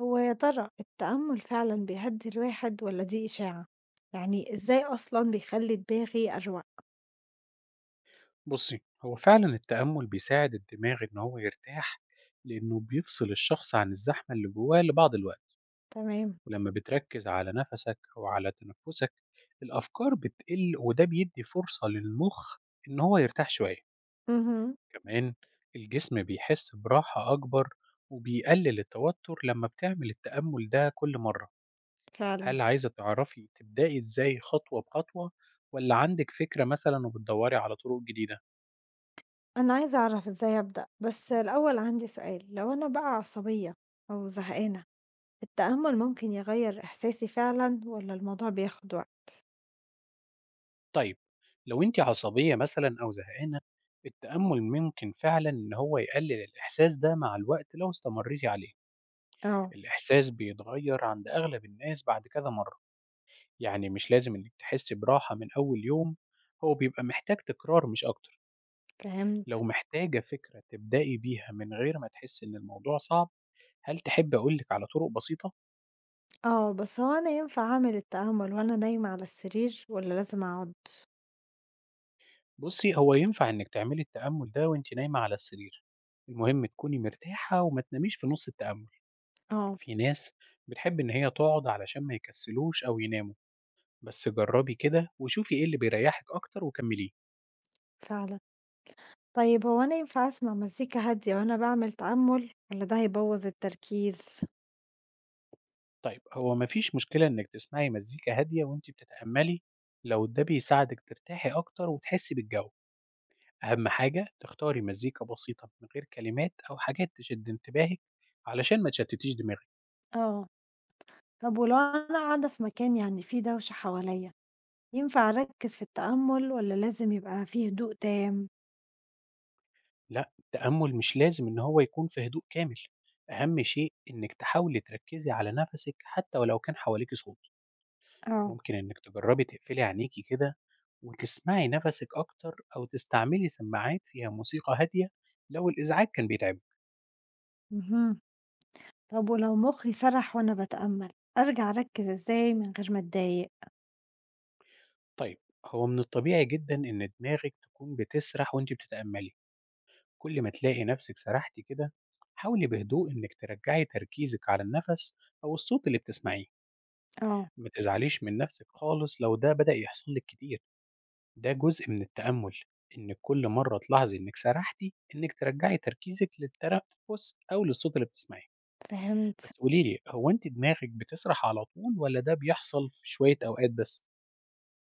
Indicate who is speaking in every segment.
Speaker 1: هو يا ترى التأمل فعلًا بيهدّي الواحد والّا دي إشاعة؟ يعني إزاي أصلًا بيخلّي دماغي أروق؟
Speaker 2: بصي هو فعلا التأمل بيساعد الدماغ إن هو يرتاح، لأنه بيفصل الشخص عن الزحمة اللي جواه لبعض الوقت.
Speaker 1: تمام.
Speaker 2: ولما بتركز على نفسك أو على تنفسك الأفكار بتقل، وده بيدي فرصة للمخ إن هو يرتاح شوية.
Speaker 1: اهم،
Speaker 2: كمان الجسم بيحس براحة أكبر وبيقلل التوتر لما بتعمل التأمل ده كل مرة.
Speaker 1: فعلًا.
Speaker 2: هل عايزة تعرفي تبدأي إزاي خطوة بخطوة، ولا عندك فكرة مثلا وبتدوري على طرق جديدة؟
Speaker 1: أنا عايزة أعرف إزاي أبدأ، بس الأول عندي سؤال، لو أنا بقى عصبية أو زهقانة، التأمل ممكن يغيّر إحساسي فعلًا والّا الموضوع بياخد وقت؟
Speaker 2: طيب لو أنتِ عصبية مثلًا أو زهقانة، التأمل ممكن فعلًا إن هو يقلل الإحساس ده مع الوقت لو استمريتِ عليه.
Speaker 1: آه،
Speaker 2: الإحساس بيتغير عند أغلب الناس بعد كذا مرة، يعني مش لازم إنِك تحسي براحة من أول يوم، هو بيبقى محتاج تكرار مش أكتر. لو
Speaker 1: فهمت.
Speaker 2: محتاجة فكرة تبدئي بيها من غير ما تحسي إن الموضوع صعب، هل تحبي أقول لِك على طرق بسيطة؟
Speaker 1: آه، بس هو أنا ينفع أعمل التأمل وأنا نايمة على السرير والّا لازم أقعد؟
Speaker 2: بُصي هو ينفع إنِك تعملي التأمل ده وأنتِ نايمة على السرير، المهم تكوني مرتاحة وما تناميش في نُص التأمل.
Speaker 1: آه،
Speaker 2: في ناس بتحب إن هي تقعد علشان ما يكسلوش أو يناموا، بس جربي كده وشوفي إيه اللي بيريحك أكتر وكمليه.
Speaker 1: فعلًا. طيب هو أنا ينفع أسمع مزيكا هادية وأنا باعمل تأمُّل والّا ده هيبوّظ التركيز؟
Speaker 2: طيب هو مفيش مشكلة إنك تسمعي مزيكا هادية وإنتي بتتأملي لو ده بيساعدك ترتاحي أكتر وتحسي بالجو. أهم حاجة تختاري مزيكا بسيطة من غير كلمات أو حاجات تشد انتباهك، علشان ما تشتتيش دماغك.
Speaker 1: آه، طب ولو أنا قاعدة في مكان فيه دوشة حواليّا، ينفع أركّز في التأمُّل والّا لازم يبقى فيه هدوء تام؟
Speaker 2: لا، التأمل مش لازم إن هو يكون في هدوء كامل، أهم شيء إنك تحاولي تركزي على نفسك حتى ولو كان حواليك صوت.
Speaker 1: آه،
Speaker 2: ممكن إنِّك تجرّبي تقفلي عينيكِ كده وتسمعي نَفَسِك أكتر، أو تستعملي سماعات فيها موسيقى هادية لو الإزعاج كان بيتعبِك.
Speaker 1: اهم. طب ولو مُخّي سَرح وأنا باتأمَّل، أرجع أركّز إزاي من غير ما أتضايق؟
Speaker 2: طيب، هو من الطبيعي جدًا إن دماغِك تكون بتسرح وأنتِ بتتأمّلي. كل ما تلاقي نَفْسِك سرحتِ كده، حاولي بهدوء إنِّك ترجّعي تركيزِك على النَفَس أو الصوت اللي بتسمعيه.
Speaker 1: آه،
Speaker 2: ما تزعليش من نَفْسِك خالص لو ده بدأ يحصل لِك كتير، ده جزء من التأمُّل، إنِّك كل مرّة تلاحظي إنِّك سرحتي، إنِّك ترجّعي تركيزِك للتنفُّس أو للصوت اللي بتسمعيه.
Speaker 1: فهمت.
Speaker 2: بس قولي لي، هو أنتِ دماغِك بتسرح على طول والّا ده بيحصل في شوية أوقات بس؟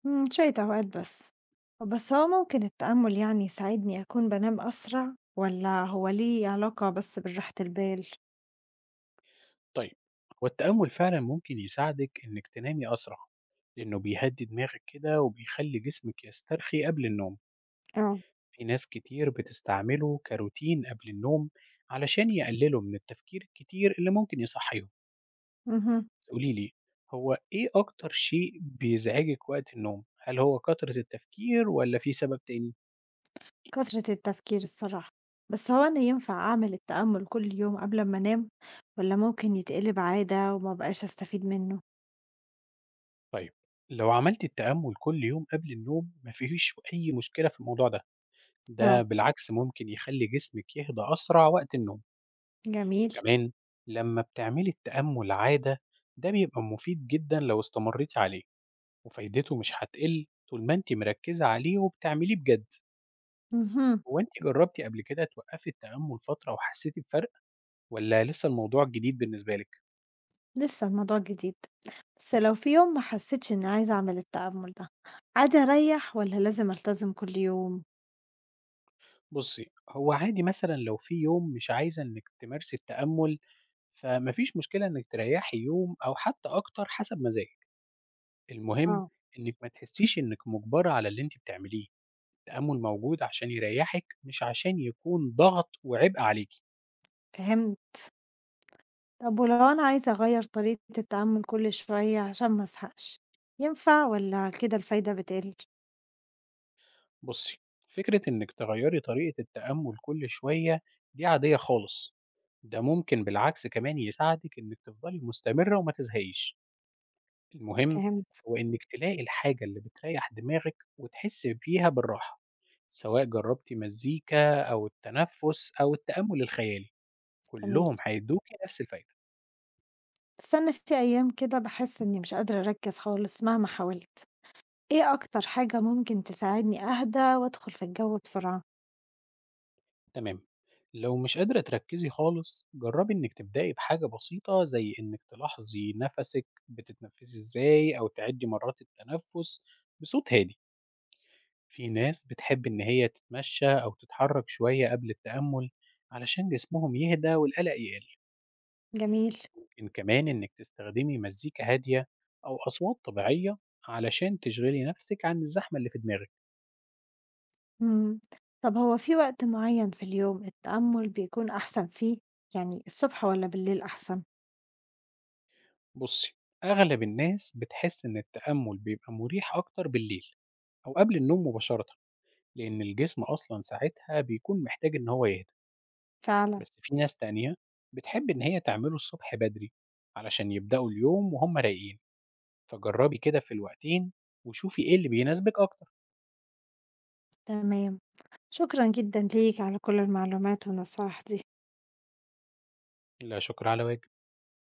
Speaker 1: إمم، شوية أوقات بس. بس هو ممكن التأمُّل يساعدني أكون بانام أسرع والّا هو ليه علاقة بس بالراحة البال؟
Speaker 2: طيب، هو التأمُّل فعلًا ممكن يساعدِك إنِّك تنامي أسرع، لإنه بيهدّي دماغِك كده وبيخلّي جسمِك يسترخي قبل النوم.
Speaker 1: آه،
Speaker 2: في ناس كتير بتستعمله كروتين قبل النوم علشان يقللوا من التفكير الكتير اللي ممكن يصحّيهم.
Speaker 1: اهم.
Speaker 2: بس قولي لي، هو إيه أكتر شيء بيزعجِك وقت النوم؟ هل هو كترة التفكير والّا في سبب تاني؟
Speaker 1: كثرة التفكير الصراحة، بس هو أنا ينفع أعمل التأمل كل يوم قبل أمّا أنام، والّا ممكن يتقلب عادة وما أبقاش أستفيد منه؟
Speaker 2: طيب، لو عملت التأمل كل يوم قبل النوم مفيش أي مشكلة في الموضوع ده، ده
Speaker 1: آه.
Speaker 2: بالعكس ممكن يخلي جسمك يهدى أسرع وقت النوم.
Speaker 1: جميل.
Speaker 2: كمان لما بتعملي التأمل عادة، ده بيبقى مفيد جدا لو استمريتي عليه، وفايدته مش هتقل طول ما انت مركزة عليه وبتعمليه بجد.
Speaker 1: اهم.
Speaker 2: هو انت جربتي قبل كده توقفي التأمل فترة وحسيتي بفرق، ولا لسه الموضوع جديد بالنسبة لك؟
Speaker 1: لسه الموضوع جديد، بس لو في يوم ما حسيتش إني عايزة أعمل التأمل ده، عادي أريّح والّا لازم ألتزم كل يوم؟
Speaker 2: بصي هو عادي مثلا لو في يوم مش عايزة انك تمارسي التأمل، فما فيش مشكلة إنِّك تريّحي يوم أو حتى أكتر حسب مزاجِك. المهم
Speaker 1: آه.
Speaker 2: إنِّك ما تحسّيش إنِّك مُجبرة على اللي أنتِ بتعمليه، التأمُّل موجود عشان يريّحِك مش عشان يكون ضغط وعبء عليكِ.
Speaker 1: فهمت. طب ولو أنا عايزة أغيّر طريقة التأمل كل شوية عشان ما أزهقش، ينفع والّا كده الفايدة بتقل؟
Speaker 2: بُصّي، فكرة إنِّك تغيّري طريقة التأمُّل كل شوية دي عادية خالص، ده ممكن بالعكس كمان يساعدِك إنِّك تفضلي مستمرة وما تزهقيش. المهم
Speaker 1: فهمت.
Speaker 2: هو إنِّك تلاقي الحاجة اللي بتريّح دماغِك وتحسّي فيها بالراحة، سواء جرّبتِ مزيكا أو التنفُّس أو التأمُّل الخيالي،
Speaker 1: جميل.
Speaker 2: كلّهم هيدّوكِ نفس الفايدة.
Speaker 1: استنى، في أيام كده باحس إني مش قادرة أركّز خالص مهما حاولت، إيه أكتر حاجة ممكن تساعدني أهدى وأدخل في الجو بسرعة؟
Speaker 2: تمام، لو مش قادرة تركّزي خالص، جرّبي إنِّك تبدئي بحاجة بسيطة زي إنِّك تلاحظي نَفَسِك بتتنفّسي إزاي أو تعِدّي مرّات التنفُّس بصوت هادي. في ناس بتحب إن هي تتمشّى أو تتحرّك شوية قبل التأمُّل علشان جسمهم يهدى والقلق يقِل.
Speaker 1: جميل.
Speaker 2: ممكن كمان إنِك تستخدمي مزيكا هادية أو أصوات طبيعية علشان تشغلي نفسك عن الزحمة اللي في دماغك.
Speaker 1: إمم، طب هو في وقت معيّن في اليوم التأمل بيكون أحسن فيه؟ يعني الصبح والّا بالليل أحسن؟
Speaker 2: بصي أغلب الناس بتحس إن التأمل بيبقى مريح أكتر بالليل أو قبل النوم مباشرة، لأن الجسم أصلا ساعتها بيكون محتاج إن هو يهدى.
Speaker 1: فعلًا.
Speaker 2: بس في ناس تانية بتحب إن هي تعمله الصبح بدري علشان يبدأوا اليوم وهم رايقين، فجربي كده في الوقتين وشوفي إيه اللي بيناسبك أكتر.
Speaker 1: تمام. شكرًا جدًا ليك على كل المعلومات والنصايح دي.
Speaker 2: لا شكر على واجب.